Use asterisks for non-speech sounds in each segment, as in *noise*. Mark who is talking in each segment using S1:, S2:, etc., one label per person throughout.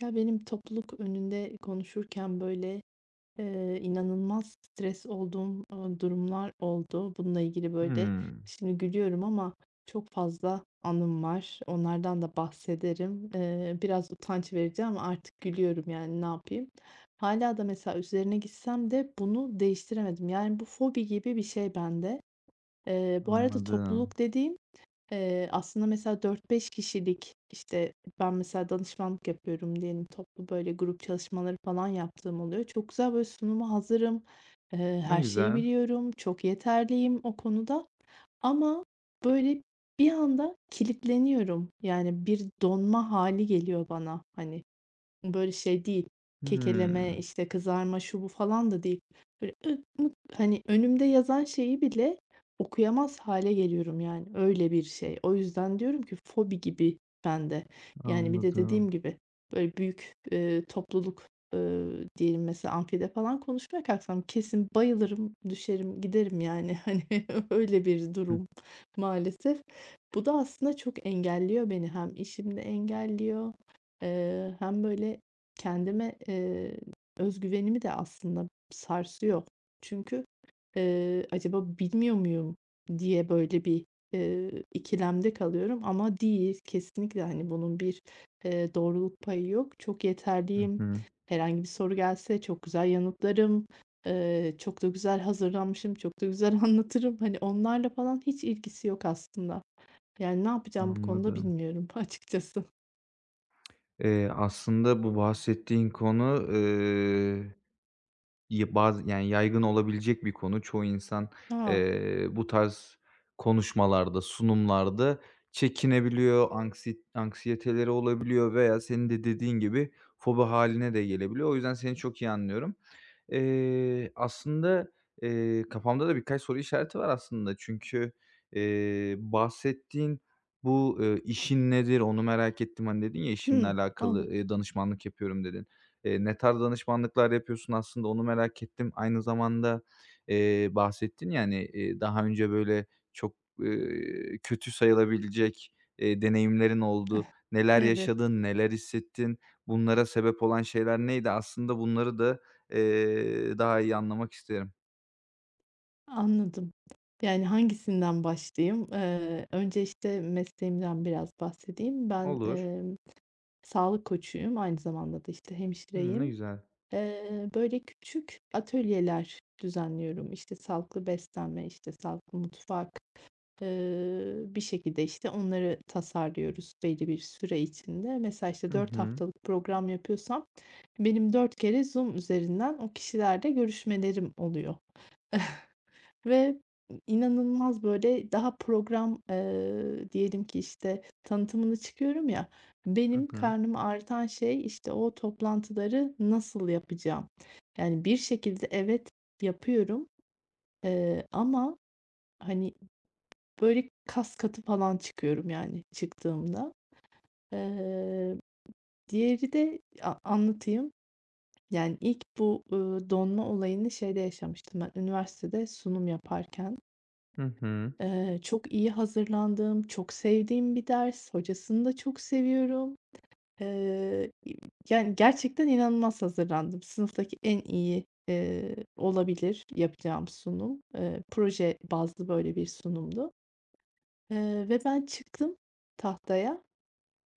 S1: Ya, benim topluluk önünde konuşurken, böyle, inanılmaz stres olduğum, durumlar oldu. Bununla ilgili, böyle,
S2: Hımm,
S1: şimdi gülüyorum ama çok fazla anım var. Onlardan da bahsederim. Biraz utanç verici ama artık gülüyorum, yani, ne yapayım. Hala da mesela üzerine gitsem de bunu değiştiremedim. Yani, bu fobi gibi bir şey bende. Bu arada
S2: anladım.
S1: topluluk dediğim. Aslında mesela 4-5 kişilik, işte, ben mesela danışmanlık yapıyorum diyelim, toplu böyle grup çalışmaları falan yaptığım oluyor. Çok güzel böyle sunuma hazırım,
S2: Ne
S1: her şeyi
S2: güzel.
S1: biliyorum, çok yeterliyim o konuda, ama böyle bir anda kilitleniyorum. Yani bir donma hali geliyor bana, hani. Böyle şey değil, kekeleme,
S2: Hımm,
S1: işte, kızarma, şu bu falan da değil. Böyle ık mık, hani, önümde yazan şeyi bile okuyamaz hale geliyorum yani. Öyle bir şey. O yüzden diyorum ki fobi gibi bende. Yani bir de dediğim
S2: anladım.
S1: gibi, böyle büyük, topluluk, diyelim mesela amfide falan konuşmaya kalksam kesin bayılırım, düşerim, giderim yani. *laughs* Hani, öyle bir
S2: Hı,
S1: durum maalesef. Bu da aslında çok engelliyor beni. Hem işimde engelliyor, hem böyle kendime, öz de aslında sarsıyor. Çünkü, acaba bilmiyor muyum diye böyle bir, ikilemde kalıyorum ama değil. Kesinlikle, hani, bunun bir, doğruluk payı yok. Çok
S2: hı
S1: yeterliyim.
S2: hı,
S1: Herhangi bir soru gelse çok güzel yanıtlarım. Çok da güzel hazırlanmışım, çok da güzel *laughs* anlatırım. Hani, onlarla falan hiç ilgisi yok aslında. Yani, ne yapacağım bu konuda
S2: anladım.
S1: bilmiyorum *laughs* açıkçası.
S2: Aslında bu bahsettiğin konu, ya bazı yani yaygın olabilecek bir konu. Çoğu insan,
S1: Aa.
S2: bu tarz konuşmalarda, sunumlarda çekinebiliyor, anksiyeteleri olabiliyor veya senin de dediğin gibi fobi hâline de gelebiliyor. O yüzden seni çok iyi anlıyorum. Aslında, kafamda da birkaç soru işareti var aslında. Çünkü, bahsettiğin bu, işin nedir onu merak ettim. Hani, dedin ya işimle
S1: Hımm, olur.
S2: alakalı, danışmanlık yapıyorum dedin. Ne tarz danışmanlıklar yapıyorsun aslında onu merak ettim. Aynı zamanda, bahsettin yani daha önce böyle çok, kötü sayılabilecek, deneyimlerin oldu.
S1: Eh,
S2: Neler
S1: evet,
S2: yaşadın, neler hissettin, bunlara sebep olan şeyler neydi? Aslında bunları da daha iyi anlamak isterim.
S1: anladım. Yani, hangisinden başlayayım? Önce, işte, mesleğimden biraz bahsedeyim. Ben,
S2: Olur.
S1: sağlık koçuyum. Aynı zamanda da, işte,
S2: Hımm, ne
S1: hemşireyim.
S2: güzel.
S1: Böyle, küçük atölyeler düzenliyorum. İşte, sağlıklı beslenme, işte, sağlıklı mutfak. Bir şekilde, işte, onları tasarlıyoruz belli bir süre içinde. Mesela, işte,
S2: Hı
S1: 4
S2: hı.
S1: haftalık program yapıyorsam benim 4 kere Zoom üzerinden o kişilerle görüşmelerim oluyor ve inanılmaz, böyle, daha program, diyelim ki, işte, tanıtımını çıkıyorum ya,
S2: Hı
S1: benim
S2: hı.
S1: karnımı ağrıtan şey, işte, o toplantıları nasıl yapacağım. Yani, bir şekilde evet, yapıyorum, ama, hani, böyle kas katı falan çıkıyorum yani çıktığımda. Eee, Diğeri de anlatayım. Yani ilk bu, donma olayını şeyde yaşamıştım ben üniversitede sunum yaparken.
S2: Hı hı.
S1: Çok iyi hazırlandığım, çok sevdiğim bir ders, hocasını da çok seviyorum. Eee, Yani gerçekten inanılmaz hazırlandım. Sınıftaki en iyi, olabilir yapacağım sunum. Proje bazlı böyle bir sunumdu, ve ben çıktım tahtaya.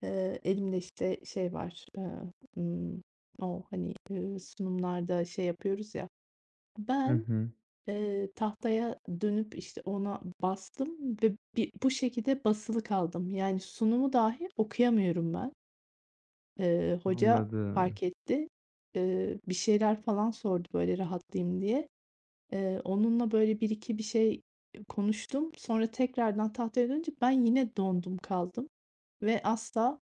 S1: Elimde, işte, şey var, ımm, o, hani, sunumlarda şey yapıyoruz ya,
S2: Hı
S1: ben,
S2: hı.
S1: tahtaya dönüp, işte, ona bastım ve bi bu şekilde basılı kaldım. Yani sunumu dahi okuyamıyorum ben. Hoca
S2: Anladım,
S1: fark etti. Bir şeyler falan sordu, böyle, rahatlayayım diye. Onunla, böyle, bir iki bir şey konuştum. Sonra tekrardan tahtaya dönünce ben yine dondum kaldım. Ve asla,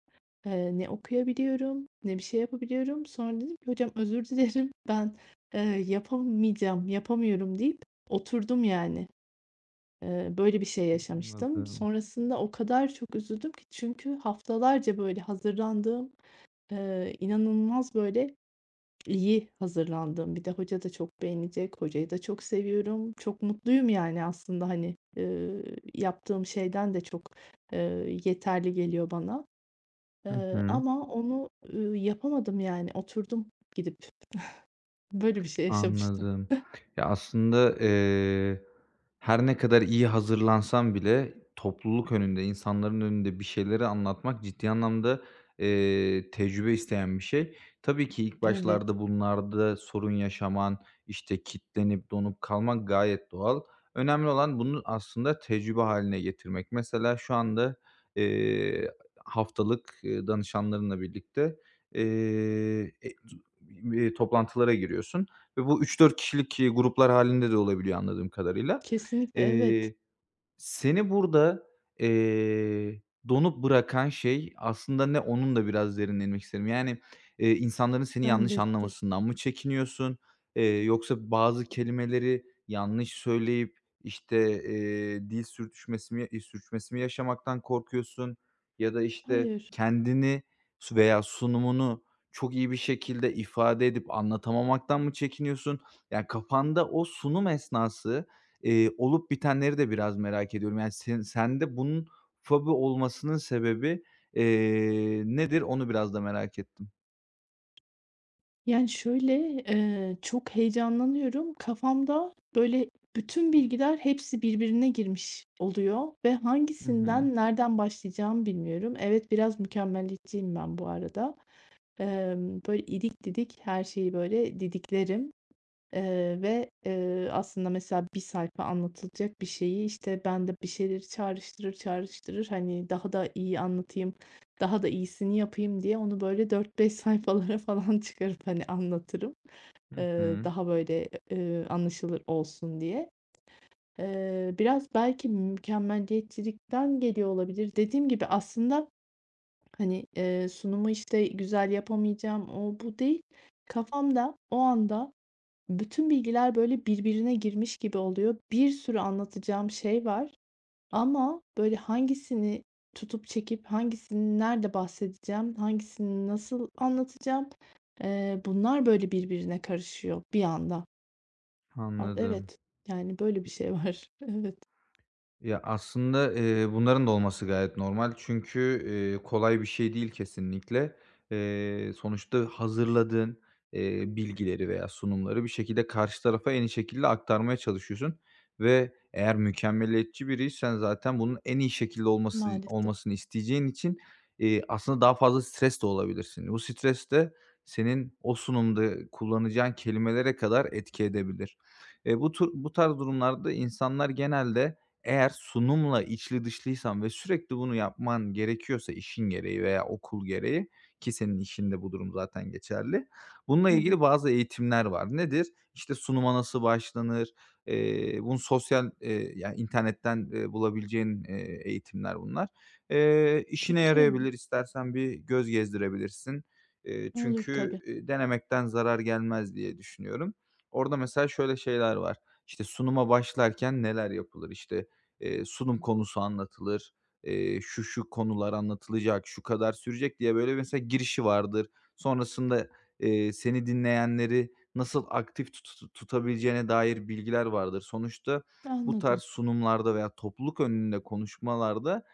S1: ne okuyabiliyorum ne bir şey yapabiliyorum. Sonra dedim ki "Hocam özür dilerim *laughs* ben, eee, yapamayacağım, yapamıyorum." deyip oturdum yani. Böyle bir şey yaşamıştım.
S2: anladım.
S1: Sonrasında o kadar çok üzüldüm ki, çünkü haftalarca böyle hazırlandığım, inanılmaz böyle iyi hazırlandığım, bir de hoca da çok beğenecek, hocayı da çok seviyorum. Çok mutluyum yani aslında, hani, yaptığım şeyden de çok, yeterli geliyor bana.
S2: Hı hı.
S1: Ama onu, yapamadım yani oturdum gidip. *laughs* Böyle bir şey yaşamıştım.
S2: Anladım. Ya, aslında, her ne kadar iyi hazırlansam bile topluluk önünde, insanların önünde bir şeyleri anlatmak ciddi anlamda, tecrübe isteyen bir şey. Tabii ki ilk
S1: Evet,
S2: başlarda bunlarda sorun yaşaman, işte, kitlenip donup kalmak gayet doğal. Önemli olan bunu aslında tecrübe haline getirmek. Mesela şu anda, eee, haftalık, danışanlarınla birlikte, eee, e, toplantılara giriyorsun. Ve bu üç dört kişilik, gruplar hâlinde de olabiliyor anladığım kadarıyla.
S1: kesinlikle evet.
S2: Eee, seni burada, eee, donup bırakan şey aslında ne? Onun da biraz derine inmek isterim. Yani, insanların seni yanlış
S1: Bendestir.
S2: anlamasından mı çekiniyorsun? Yoksa bazı kelimeleri yanlış söyleyip, işte, dil sürtüşmesi mi, sürçmesi mi yaşamaktan korkuyorsun? Ya da, işte,
S1: Hayır.
S2: kendini veya sunumunu çok iyi bir şekilde ifade edip anlatamamaktan mı çekiniyorsun? Yani kafanda o sunum esnası olup bitenleri de biraz merak ediyorum. Yani, sen sende bunun fobi olmasının sebebi, nedir? Onu biraz da merak ettim.
S1: Yani şöyle, çok heyecanlanıyorum. Kafamda böyle bütün bilgiler hepsi birbirine girmiş oluyor ve
S2: Hı hı.
S1: hangisinden nereden başlayacağımı bilmiyorum. Evet, biraz mükemmeliyetçiyim ben bu arada. Böyle idik didik her şeyi böyle didiklerim. Aslında mesela bir sayfa anlatılacak bir şeyi, işte, ben de bir şeyleri çağrıştırır, çağrıştırır, hani, daha da iyi anlatayım, daha da iyisini yapayım diye onu böyle 4-5 sayfalara *laughs* falan çıkarıp, hani, anlatırım.
S2: Hı hı.
S1: Daha böyle, anlaşılır olsun diye. Biraz belki mükemmeliyetçilikten geliyor olabilir. Dediğim gibi aslında, hani, sunumu, işte, güzel yapamayacağım, o, bu değil. Kafamda o anda bütün bilgiler böyle birbirine girmiş gibi oluyor. Bir sürü anlatacağım şey var ama böyle hangisini tutup çekip hangisini nerede bahsedeceğim, hangisini nasıl anlatacağım, bunlar böyle birbirine karışıyor bir anda. A
S2: Anladım.
S1: evet, yani böyle bir şey var. *laughs* Evet,
S2: Ya, aslında, bunların da olması gayet normal çünkü, kolay bir şey değil kesinlikle. Sonuçta hazırladığın, bilgileri veya sunumları bir şekilde karşı tarafa en iyi şekilde aktarmaya çalışıyorsun ve eğer mükemmeliyetçi biriysen zaten bunun en iyi şekilde olması
S1: maalesef.
S2: olmasını isteyeceğin için, aslında daha fazla stres de olabilirsin. Bu stres de senin o sunumda kullanacağın kelimelere kadar etki edebilir. Bu tarz durumlarda insanlar genelde, eğer sunumla içli dışlıysan ve sürekli bunu yapman gerekiyorsa işin gereği veya okul gereği ki senin işinde bu durum zaten geçerli. Bununla
S1: Evet,
S2: ilgili bazı eğitimler var. Nedir? İşte sunuma nasıl başlanır? Bunu sosyal, yani internetten, bulabileceğin, eğitimler bunlar. İşine
S1: bakayım.
S2: yarayabilir, İstersen bir göz gezdirebilirsin.
S1: Ne olur
S2: Çünkü,
S1: tabii.
S2: denemekten zarar gelmez diye düşünüyorum. Orada mesela şöyle şeyler var: İşte sunuma başlarken neler yapılır? İşte, sunum konusu anlatılır, şu şu konular anlatılacak, şu kadar sürecek diye böyle mesela girişi vardır. Sonrasında, seni dinleyenleri nasıl aktif tutabileceğine dair bilgiler vardır. Sonuçta bu
S1: Anladım.
S2: tarz sunumlarda veya topluluk önünde konuşmalarda,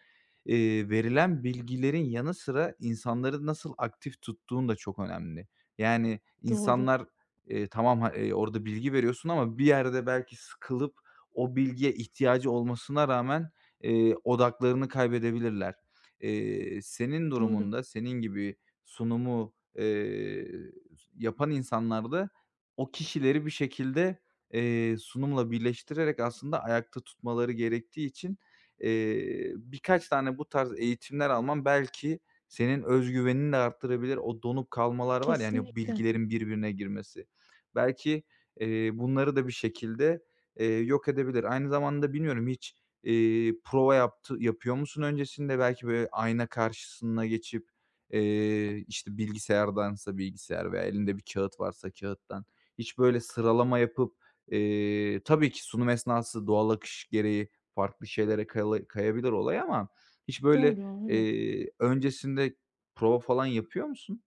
S2: verilen bilgilerin yanı sıra insanları nasıl aktif tuttuğun da çok önemli. Yani
S1: Doğru,
S2: insanlar, tamam, orada bilgi veriyorsun ama bir yerde belki sıkılıp o bilgiye ihtiyacı olmasına rağmen, odaklarını kaybedebilirler. Senin
S1: doğru.
S2: durumunda, senin gibi sunumu, yapan insanlarda o kişileri bir şekilde, sunumla birleştirerek aslında ayakta tutmaları gerektiği için, birkaç tane bu tarz eğitimler alman belki senin öz güvenini de arttırabilir. O donup kalmalar var yani
S1: Kesinlikle.
S2: bilgilerin birbirine girmesi. Belki, bunları da bir şekilde, yok edebilir. Aynı zamanda bilmiyorum hiç, prova yapıyor musun öncesinde? Belki böyle ayna karşısına geçip, işte, bilgisayardansa bilgisayar veya elinde bir kağıt varsa kağıttan hiç böyle sıralama yapıp, tabii ki sunum esnası doğal akış gereği farklı şeylere kayabilir olay ama hiç böyle,
S1: Doğru, evet.
S2: öncesinde prova falan yapıyor musun?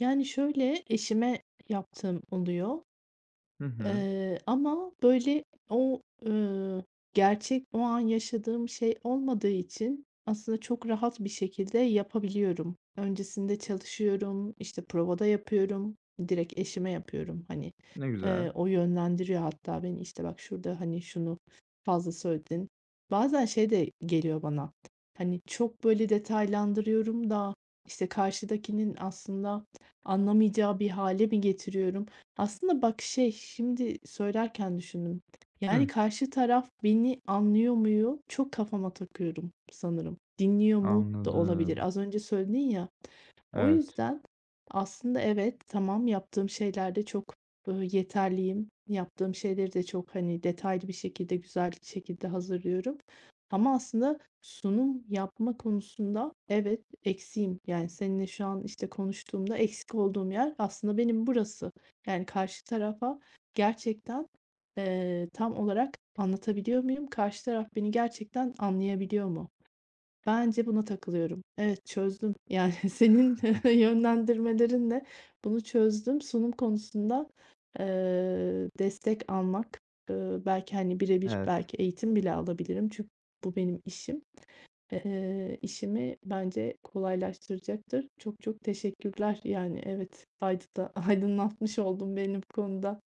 S1: Yani şöyle eşime yaptığım oluyor.
S2: Hı hı.
S1: Ama böyle o, gerçek o an yaşadığım şey olmadığı için aslında çok rahat bir şekilde yapabiliyorum. Öncesinde çalışıyorum, işte, provada yapıyorum, direkt eşime yapıyorum, hani.
S2: Ne güzel.
S1: O yönlendiriyor hatta beni, işte, "Bak şurada, hani, şunu fazla söyledin." Bazen şey de geliyor bana, hani, çok böyle detaylandırıyorum da, işte, karşıdakinin aslında anlamayacağı bir hale mi getiriyorum? Aslında bak şey, şimdi söylerken düşündüm. Yani
S2: Hıh.
S1: karşı taraf beni anlıyor muyu çok kafama takıyorum sanırım. Dinliyor mu da olabilir.
S2: Anladım.
S1: Az önce söyledin ya, o
S2: Evet.
S1: yüzden aslında evet, tamam, yaptığım şeylerde çok, yeterliyim. Yaptığım şeyleri de çok, hani, detaylı bir şekilde, güzel bir şekilde hazırlıyorum ama aslında sunum yapma konusunda evet, eksiğim. Yani, seninle şu an, işte, konuştuğumda eksik olduğum yer aslında benim burası. Yani, karşı tarafa gerçekten, tam olarak anlatabiliyor muyum? Karşı taraf beni gerçekten anlayabiliyor mu? Bence buna takılıyorum. Evet, çözdüm. Yani, *laughs* senin *laughs* yönlendirmelerinle bunu çözdüm. Sunum konusunda, destek almak, belki, hani, birebir
S2: Evet.
S1: belki eğitim bile alabilirim. Çünkü bu benim işim. İşimi bence kolaylaştıracaktır. Çok çok teşekkürler. Yani, evet, aydıda *laughs* aydınlatmış oldum benim konuda.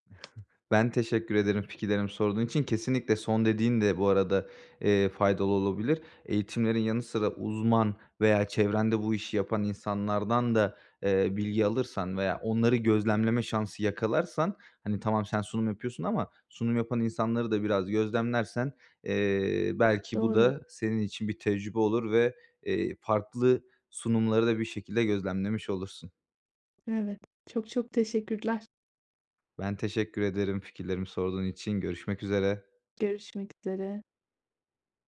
S2: Ben teşekkür ederim fikirlerimi sorduğun için. Kesinlikle son dediğin de bu arada, faydalı olabilir. Eğitimlerin yanı sıra uzman veya çevrende bu işi yapan insanlardan da, bilgi alırsan veya onları gözlemleme şansı yakalarsan, hani, tamam sen sunum yapıyorsun ama sunum yapan insanları da biraz gözlemlersen, belki bu
S1: Doğru.
S2: da senin için bir tecrübe olur ve, farklı sunumları da bir şekilde gözlemlemiş olursun.
S1: Evet. Çok çok teşekkürler.
S2: Ben teşekkür ederim fikirlerimi sorduğun için. Görüşmek üzere.
S1: Görüşmek üzere.